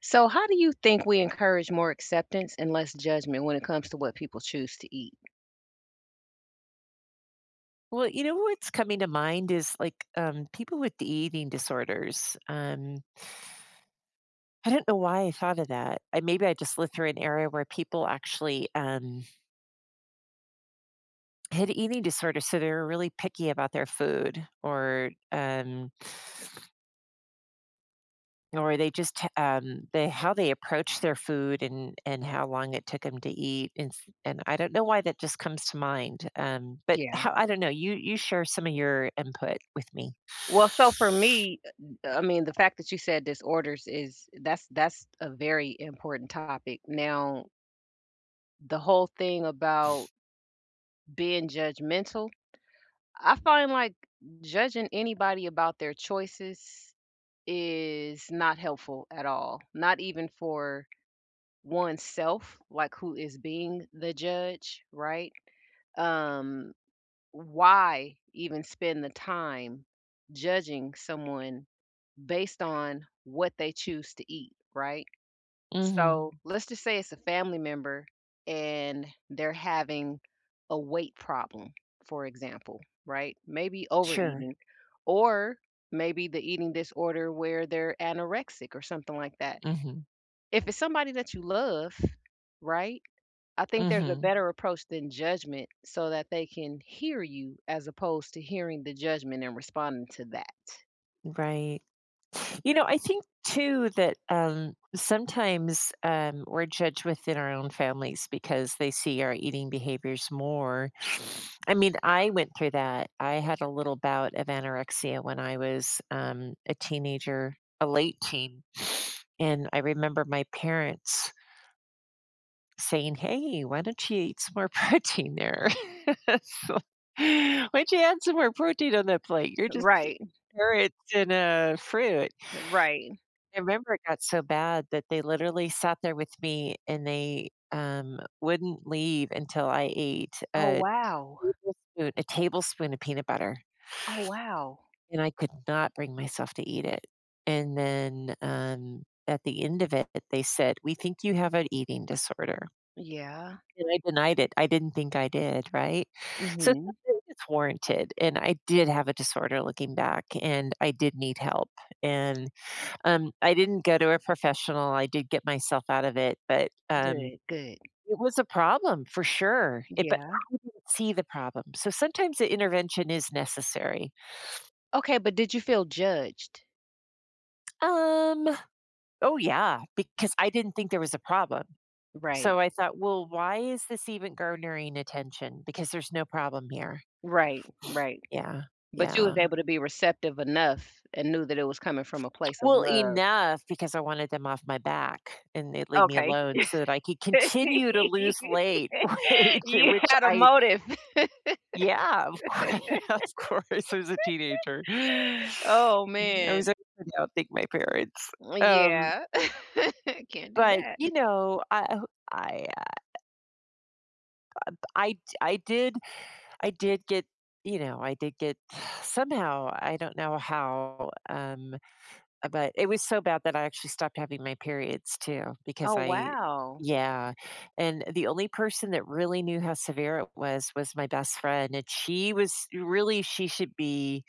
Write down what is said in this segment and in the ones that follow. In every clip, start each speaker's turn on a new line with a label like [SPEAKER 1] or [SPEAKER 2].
[SPEAKER 1] So, how do you think we encourage more acceptance and less judgment when it comes to what people choose to eat?
[SPEAKER 2] Well, you know what's coming to mind is like people with the eating disorders. I don't know why I thought of that. Maybe I just lived through an era where people actually had eating disorders, so they were really picky about their food, or or they just they how they approached their food and how long it took them to eat. And I don't know why that just comes to mind. But
[SPEAKER 1] Yeah.
[SPEAKER 2] how I don't know. You share some of your input with me.
[SPEAKER 1] Well, so for me, I mean, the fact that you said disorders is that's a very important topic. Now, the whole thing about being judgmental, I find like judging anybody about their choices is not helpful at all. Not even for oneself, like who is being the judge, right? um why even spend the time judging someone based on what they choose to eat, right?
[SPEAKER 2] Hmm.
[SPEAKER 1] So let's just say it's a family member and they're having a weight problem, for example, right? Maybe
[SPEAKER 2] Sure.
[SPEAKER 1] overeating or maybe the eating disorder where they're anorexic or something like that.
[SPEAKER 2] Hmm.
[SPEAKER 1] If it's somebody that you love, right? I think there's a
[SPEAKER 2] Hmm.
[SPEAKER 1] better approach than judgment so that they can hear you as opposed to hearing the judgment and responding to that.
[SPEAKER 2] Right. You know, I think too that sometimes we're judged within our own families because they see our eating behaviors more. I mean, I went through that. I had a little bout of anorexia when I was a teenager, a late teen. And I remember my parents saying, "Hey, why don't you eat some more protein there?" So, why don't you add some more protein on that plate? You're just eating
[SPEAKER 1] Right,
[SPEAKER 2] carrots and fruit.
[SPEAKER 1] right.
[SPEAKER 2] I remember it got so bad that they literally sat there with me and they, wouldn't leave until I ate
[SPEAKER 1] Oh,
[SPEAKER 2] a
[SPEAKER 1] wow.
[SPEAKER 2] tablespoon of peanut butter,
[SPEAKER 1] Oh, wow.
[SPEAKER 2] and I could not bring myself to eat it. And then, at the end of it, they said, "We think you have an eating disorder."
[SPEAKER 1] Yeah.
[SPEAKER 2] And I denied it. I didn't think I did, right? So
[SPEAKER 1] Mhm.
[SPEAKER 2] sometimes it's warranted, and I did have a disorder looking back, and I did need help, and I didn't go to a professional, I did get myself out of it, but,
[SPEAKER 1] Good, good.
[SPEAKER 2] it was a problem for sure, it but
[SPEAKER 1] Yeah.
[SPEAKER 2] I didn't see the problem, so sometimes the intervention is necessary.
[SPEAKER 1] Okay, but did you feel judged?
[SPEAKER 2] Um, oh, yeah, because I didn't think there was a problem,
[SPEAKER 1] Right.
[SPEAKER 2] so I thought, "Well, why is this even garnering attention? Because there's no problem here."
[SPEAKER 1] Right, right.
[SPEAKER 2] Yeah,
[SPEAKER 1] But you was
[SPEAKER 2] yeah.
[SPEAKER 1] able to be receptive enough and knew that it was coming from a place of
[SPEAKER 2] Well,
[SPEAKER 1] love.
[SPEAKER 2] enough because I wanted them off my back, and they'd leave me
[SPEAKER 1] Okay.
[SPEAKER 2] alone so that I could continue to lose late weight,
[SPEAKER 1] You
[SPEAKER 2] which
[SPEAKER 1] had a
[SPEAKER 2] I.
[SPEAKER 1] motive.
[SPEAKER 2] Yeah, of course, of course, I was a teenager. Yeah,
[SPEAKER 1] Oh,
[SPEAKER 2] I was
[SPEAKER 1] man.
[SPEAKER 2] like, I don't think my parents. Um,
[SPEAKER 1] Yeah. Can't do
[SPEAKER 2] but,
[SPEAKER 1] that.
[SPEAKER 2] you know, I, uh, I d I did get you know, I did get somehow, I don't know how, but it was so bad that I actually stopped having my periods too because
[SPEAKER 1] Oh,
[SPEAKER 2] I
[SPEAKER 1] wow.
[SPEAKER 2] yeah, and the only person that really knew how severe it was my best friend, and she was really she should be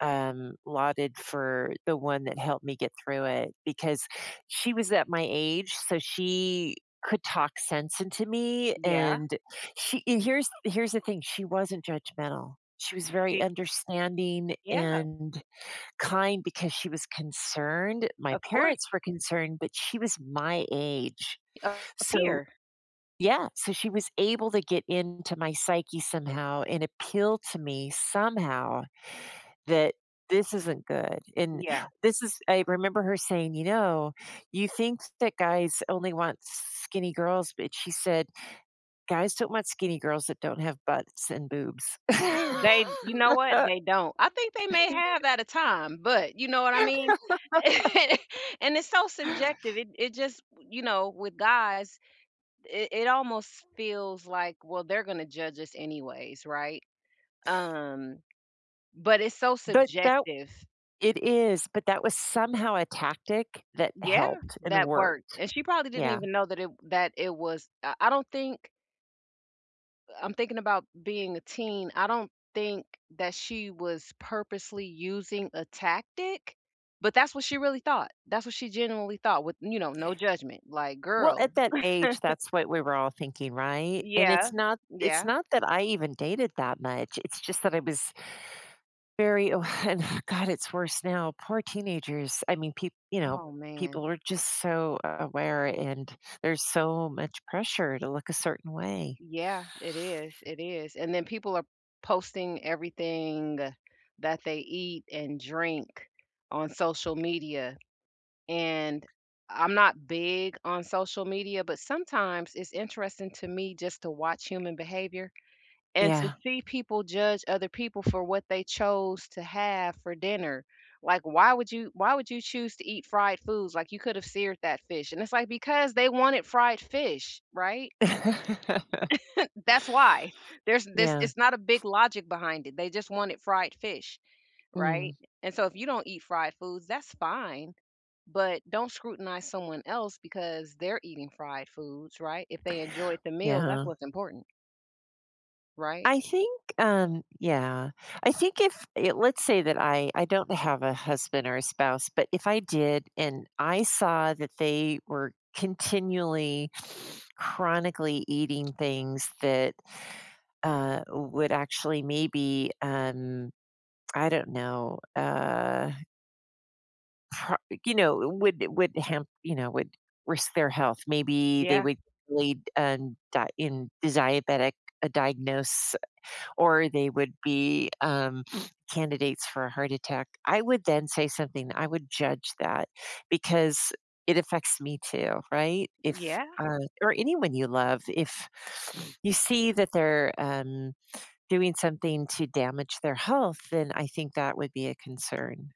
[SPEAKER 2] lauded for the one that helped me get through it because she was at my age, so she could talk sense into me,
[SPEAKER 1] Yeah.
[SPEAKER 2] and she and here's the thing, she wasn't judgmental. She was very
[SPEAKER 1] See,
[SPEAKER 2] understanding
[SPEAKER 1] yeah,
[SPEAKER 2] and kind because she was concerned. My
[SPEAKER 1] of course,
[SPEAKER 2] parents were concerned, but she was my age.
[SPEAKER 1] up
[SPEAKER 2] So,
[SPEAKER 1] here.
[SPEAKER 2] yeah, so she was able to get into my psyche somehow and appeal to me somehow that this isn't good. And
[SPEAKER 1] Yeah.
[SPEAKER 2] this is, I remember her saying, you know, you think that guys only want skinny girls, but she said, guys don't want skinny girls that don't have butts and boobs.
[SPEAKER 1] They, you know what?
[SPEAKER 2] But
[SPEAKER 1] They don't. I think they may have at a time, but you know what I mean? And it's so subjective. It just, you know, with guys, it almost feels like, well, they're gonna judge us anyways, right? Um But it's so
[SPEAKER 2] that.
[SPEAKER 1] subjective.
[SPEAKER 2] It is, but that was somehow a tactic that
[SPEAKER 1] Yeah,
[SPEAKER 2] helped and
[SPEAKER 1] that worked,
[SPEAKER 2] worked.
[SPEAKER 1] and she probably didn't
[SPEAKER 2] Yeah.
[SPEAKER 1] even know that it was, I don't think, I'm thinking about being a teen, I don't think that she was purposely using a tactic, but that's what she really thought. That's what she genuinely thought with, you know, no judgment, like,
[SPEAKER 2] Well,
[SPEAKER 1] "Girl."
[SPEAKER 2] at that age, that's what we were all thinking, right? And
[SPEAKER 1] Yeah,
[SPEAKER 2] it's
[SPEAKER 1] yeah.
[SPEAKER 2] not that I even dated that much. It's just that I was very oh, and God, it's worse now. Poor teenagers. I mean, people, you know,
[SPEAKER 1] Oh, man.
[SPEAKER 2] people are just so aware and there's so much pressure to look a certain way.
[SPEAKER 1] Yeah, it is, and then people are posting everything that they eat and drink on social media and I'm not big on social media, but sometimes it's interesting to me just to watch human behavior and to
[SPEAKER 2] Yeah.
[SPEAKER 1] see people judge other people for what they chose to have for dinner. Like why would you choose to eat fried foods? Like you could have seared that fish. And it's like because they wanted fried fish, right? That's why. There's this,
[SPEAKER 2] Yeah.
[SPEAKER 1] it's not a big logic behind it. They just wanted fried fish,
[SPEAKER 2] Mm.
[SPEAKER 1] right? And so if you don't eat fried foods, that's fine, but don't scrutinize someone else because they're eating fried foods, right? If they enjoyed the meal, that's
[SPEAKER 2] Yeah.
[SPEAKER 1] what's important, right?
[SPEAKER 2] I think, yeah. I think if it, let's say that I don't have a husband or a spouse, but if I did and I saw that they were continually, chronically eating things that would actually maybe, I don't know, pro- you know, would you know, would risk their health. Maybe they
[SPEAKER 1] Yeah.
[SPEAKER 2] would lead in diabetic a diagnosis or they would be candidates for a heart attack, I would then say something. I would judge that because it affects me too, right? If
[SPEAKER 1] Yeah.
[SPEAKER 2] or anyone you love, if you see that they're doing something to damage their health, then I think that would be a concern.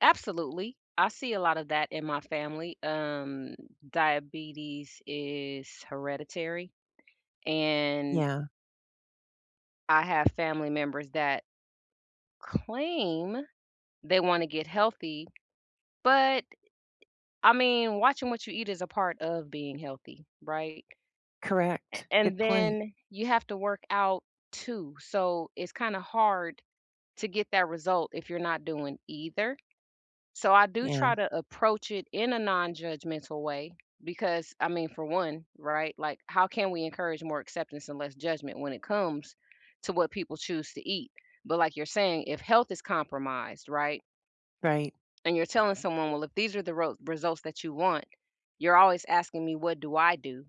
[SPEAKER 1] Absolutely. I see a lot of that in my family. Diabetes is hereditary, and
[SPEAKER 2] Yeah,
[SPEAKER 1] I have family members that claim they want to get healthy, but I mean, watching what you eat is a part of being healthy, right? a-
[SPEAKER 2] correct. Good
[SPEAKER 1] and
[SPEAKER 2] point.
[SPEAKER 1] then you have to work out too. So it's kind of hard to get that result if you're not doing either. So I do
[SPEAKER 2] Yeah,
[SPEAKER 1] try to approach it in a non-judgmental way because I mean for one, right? Like how can we encourage more acceptance and less judgment when it comes to what people choose to eat? But like you're saying, if health is compromised, right?
[SPEAKER 2] right.
[SPEAKER 1] And you're telling someone, well, if these are the ro- results that you want, you're always asking me, what do I do?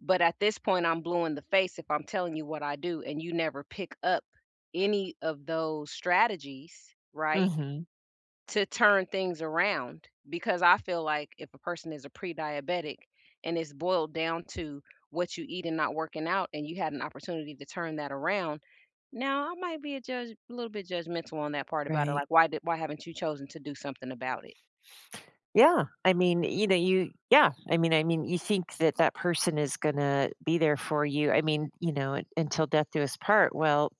[SPEAKER 1] But at this point, I'm blue in the face if I'm telling you what I do and you never pick up any of those strategies, right,
[SPEAKER 2] Hmm.
[SPEAKER 1] to turn things around. Because I feel like if a person is a pre diabetic and it's boiled down to what you eat and not working out, and you had an opportunity to turn that around. Now I might be a judge, a little bit judgmental on that part about it.
[SPEAKER 2] Right.
[SPEAKER 1] Like, why haven't you chosen to do something about it?
[SPEAKER 2] Yeah, I mean, you know, you yeah, I mean, you think that that person is gonna be there for you, I mean, you know, un until death do us part, well,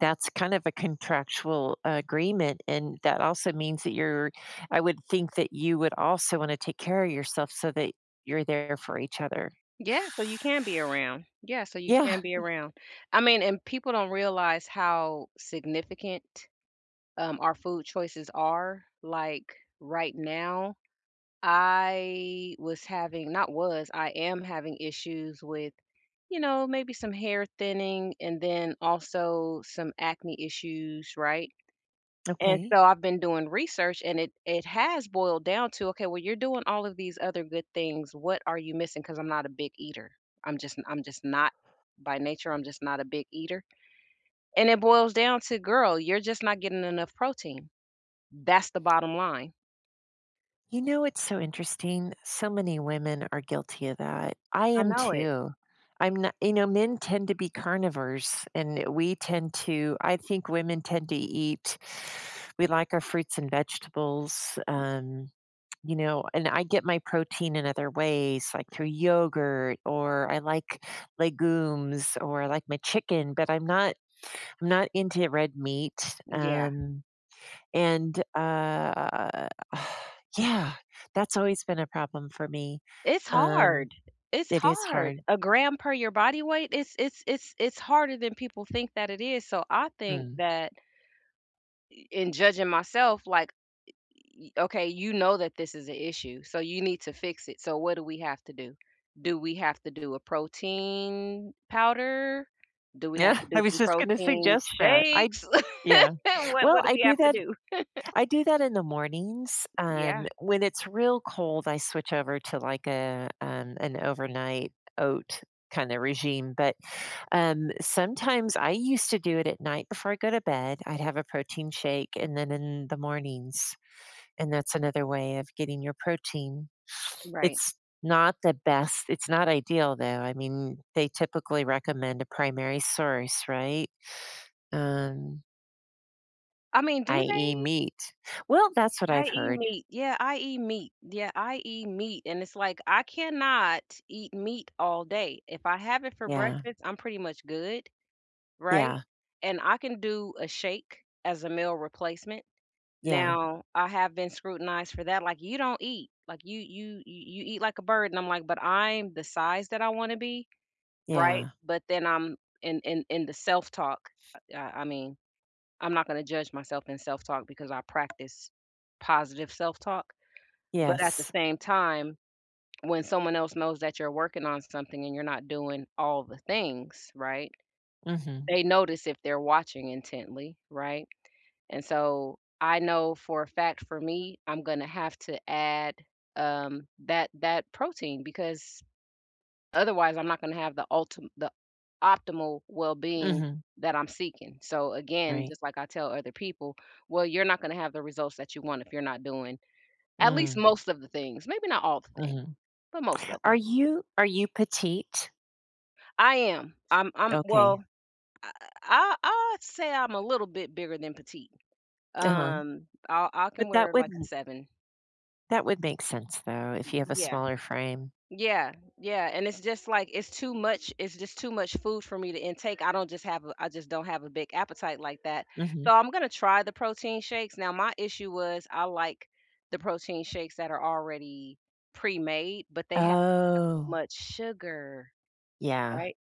[SPEAKER 2] that's kind of a contractual agreement, and that also means that you're I would think that you would also wanna take care of yourself so that you're there for each other.
[SPEAKER 1] Yeah, so you can be around. Yeah, so you
[SPEAKER 2] Yeah,
[SPEAKER 1] can be around. I mean, and people don't realize how significant, our food choices are. Like, right now, I was having, not was, I am having issues with, you know, maybe some hair thinning and then also some acne issues, right? And
[SPEAKER 2] okay.
[SPEAKER 1] so I've been doing research and it has boiled down to, okay, well, you're doing all of these other good things. What are you missing? Because I'm not a big eater. I'm just not, by nature, I'm just not a big eater. And it boils down to, girl, you're just not getting enough protein. That's the bottom line.
[SPEAKER 2] You know, it's so interesting. So many women are guilty of that. I
[SPEAKER 1] I
[SPEAKER 2] am
[SPEAKER 1] know it.
[SPEAKER 2] too. I'm not, you know, men tend to be carnivores and we tend to, I think women tend to eat, we like our fruits and vegetables. You know, and I get my protein in other ways, like through yogurt, or I like legumes, or I like my chicken. But I'm not into red meat.
[SPEAKER 1] Yeah.
[SPEAKER 2] And, yeah, that's always been a problem for me.
[SPEAKER 1] It's
[SPEAKER 2] Um,
[SPEAKER 1] hard. It's
[SPEAKER 2] it is
[SPEAKER 1] hard.
[SPEAKER 2] hard.
[SPEAKER 1] A gram per your body weight, it's harder than people think that it is. So I think
[SPEAKER 2] Mm.
[SPEAKER 1] that in judging myself, like, y- okay, you know that this is an issue, so you need to fix it. So what do we have to do? Do we have to do a protein powder? Do we have
[SPEAKER 2] Yeah,
[SPEAKER 1] to
[SPEAKER 2] I
[SPEAKER 1] do
[SPEAKER 2] was
[SPEAKER 1] some
[SPEAKER 2] just gonna
[SPEAKER 1] protein
[SPEAKER 2] suggest that. I
[SPEAKER 1] shakes?
[SPEAKER 2] yeah.
[SPEAKER 1] what
[SPEAKER 2] Well,
[SPEAKER 1] what do
[SPEAKER 2] I
[SPEAKER 1] we
[SPEAKER 2] do
[SPEAKER 1] have to
[SPEAKER 2] that
[SPEAKER 1] do?
[SPEAKER 2] I do that in the mornings.
[SPEAKER 1] Yeah,
[SPEAKER 2] When it's real cold, I switch over to, like, a, an overnight oat kinda regime, but, sometimes I used to do it at night before I go to bed. I'd have a protein shake, and then in the mornings and that's another way of getting your protein.
[SPEAKER 1] right.
[SPEAKER 2] It's not the best it's not ideal, though. I mean, they typically recommend a primary source, right? Um,
[SPEAKER 1] I mean, do
[SPEAKER 2] i.e.
[SPEAKER 1] they?
[SPEAKER 2] meat. Well, that's what
[SPEAKER 1] I
[SPEAKER 2] I've
[SPEAKER 1] eat
[SPEAKER 2] heard.
[SPEAKER 1] meat. Yeah, I eat meat. Yeah, I eat meat. And it's like I cannot eat meat all day. If I have it for
[SPEAKER 2] Yeah.
[SPEAKER 1] breakfast, I'm pretty much good, right?
[SPEAKER 2] Yeah.
[SPEAKER 1] And I can do a shake as a meal replacement.
[SPEAKER 2] Yeah.
[SPEAKER 1] Now, I have been scrutinized for that, like, "You don't eat, like, you eat like a bird," and I'm like, "But I'm the size that I wanna be," right?
[SPEAKER 2] Yeah.
[SPEAKER 1] But then I'm in the self-talk, I mean, I'm not gonna judge myself in self-talk because I practice positive self-talk, but at the
[SPEAKER 2] Yes.
[SPEAKER 1] same time, when someone else knows that you're working on something and you're not doing all the things, right?
[SPEAKER 2] Mhm.
[SPEAKER 1] They notice if they're watching intently, right? And so I know for a fact for me, I'm gonna have to add that protein because otherwise I'm not gonna have the optimal well-being
[SPEAKER 2] Mhm.
[SPEAKER 1] that I'm seeking. So again,
[SPEAKER 2] Right.
[SPEAKER 1] just like I tell other people, well, you're not gonna have the results that you want if you're not doing at least
[SPEAKER 2] Mm.
[SPEAKER 1] most of the things, maybe not all the things,
[SPEAKER 2] Mhm.
[SPEAKER 1] but most of
[SPEAKER 2] Are
[SPEAKER 1] them.
[SPEAKER 2] you petite?
[SPEAKER 1] I am. I'm. I'm.
[SPEAKER 2] Okay.
[SPEAKER 1] Well, I, I I'd say I'm a little bit bigger than petite.
[SPEAKER 2] Uh-huh.
[SPEAKER 1] I'll, I can
[SPEAKER 2] But
[SPEAKER 1] wear like a 7.
[SPEAKER 2] that would make sense, though, if
[SPEAKER 1] Y
[SPEAKER 2] you have a
[SPEAKER 1] yeah.
[SPEAKER 2] smaller frame.
[SPEAKER 1] Yeah, yeah, and it's just like it's just too much food for me to intake. I just don't have a big appetite like that.
[SPEAKER 2] Mhm.
[SPEAKER 1] So I'm gonna try the protein shakes. Now my issue was I like the protein shakes that are already pre-made, but they have
[SPEAKER 2] Oh.
[SPEAKER 1] much sugar,
[SPEAKER 2] Yeah.
[SPEAKER 1] right?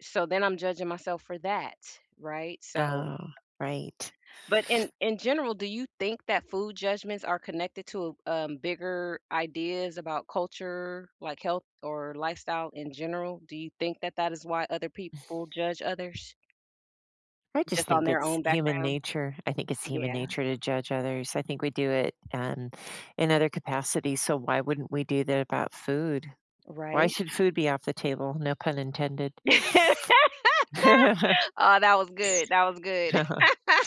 [SPEAKER 1] So then I'm judging myself for that, right? So,
[SPEAKER 2] Oh, right.
[SPEAKER 1] but in general, do you think that food judgments are connected to, bigger ideas about culture, like health or lifestyle in general? Do you think that that is why other people judge others
[SPEAKER 2] I just
[SPEAKER 1] just on
[SPEAKER 2] think
[SPEAKER 1] their
[SPEAKER 2] it's
[SPEAKER 1] own
[SPEAKER 2] human
[SPEAKER 1] background?
[SPEAKER 2] nature. I think it's human
[SPEAKER 1] Yeah,
[SPEAKER 2] nature to judge others. I think we do it in other capacities. So why wouldn't we do that about food? Why
[SPEAKER 1] right?
[SPEAKER 2] should food be off the table? No pun intended. Well,
[SPEAKER 1] Oh, that was good, that was good.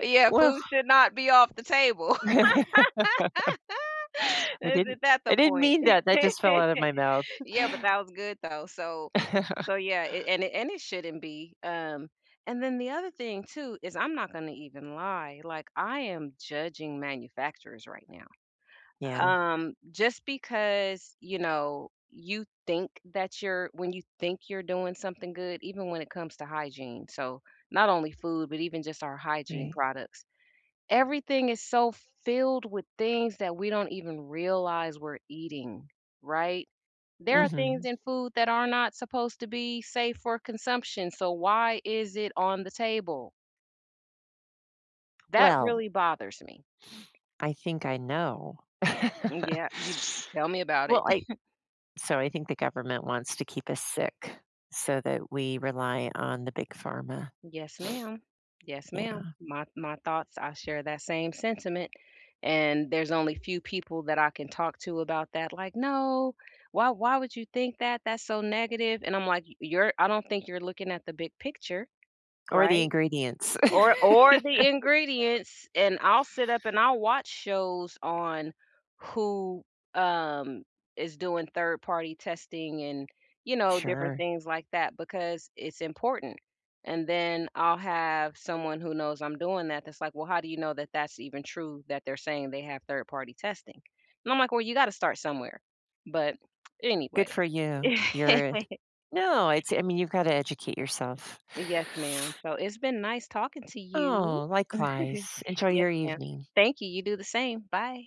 [SPEAKER 1] Yeah, food should not be off the table.
[SPEAKER 2] I didn't.
[SPEAKER 1] Isn't that
[SPEAKER 2] I
[SPEAKER 1] the
[SPEAKER 2] didn't
[SPEAKER 1] point?
[SPEAKER 2] mean that. That just fell out of my mouth.
[SPEAKER 1] Yeah, but that was good though, so. So yeah, it shouldn't be. And then the other thing too is I'm not going to even lie. Like I am judging manufacturers right now.
[SPEAKER 2] Yeah.
[SPEAKER 1] Just because you know you think that you're, when you think you're doing something good, even when it comes to hygiene. So not only food, but even just our hygiene
[SPEAKER 2] Right.
[SPEAKER 1] products, everything is so filled with things that we don't even realize we're eating, right? There are things
[SPEAKER 2] Hmm.
[SPEAKER 1] in food that are not supposed to be safe for consumption. So why is it on the table? That
[SPEAKER 2] Well,
[SPEAKER 1] really bothers me.
[SPEAKER 2] I think I know.
[SPEAKER 1] Yeah, you tell me about it.
[SPEAKER 2] Well, I so I think the government wants to keep us sick so that we rely on the big pharma.
[SPEAKER 1] Yes, ma'am. Yes, ma'am.
[SPEAKER 2] Yeah.
[SPEAKER 1] My thoughts, I share that same sentiment. And there's only few people that I can talk to about that. Like, no, why would you think that? That's so negative. And I'm like, you're, I don't think you're looking at the big picture,
[SPEAKER 2] Or the
[SPEAKER 1] right?
[SPEAKER 2] ingredients.
[SPEAKER 1] Or or the ingredients, and I'll sit up and I'll watch shows on who, um, is doing third party testing and, you know, different
[SPEAKER 2] Sure.
[SPEAKER 1] things like that because it's important. And then I'll have someone who knows I'm doing that that's like, "Well, how do you know that that's even true that they're saying they have third party testing?" And I'm like, "Well, you gotta start somewhere." But
[SPEAKER 2] Good
[SPEAKER 1] anyway.
[SPEAKER 2] for you. You're no, it's I mean, you've gotta educate yourself.
[SPEAKER 1] Yes, ma'am. So it's been nice talking to you.
[SPEAKER 2] Oh, likewise. Enjoy
[SPEAKER 1] Yes,
[SPEAKER 2] your
[SPEAKER 1] ma'am.
[SPEAKER 2] evening.
[SPEAKER 1] Thank you. You do the same. Bye.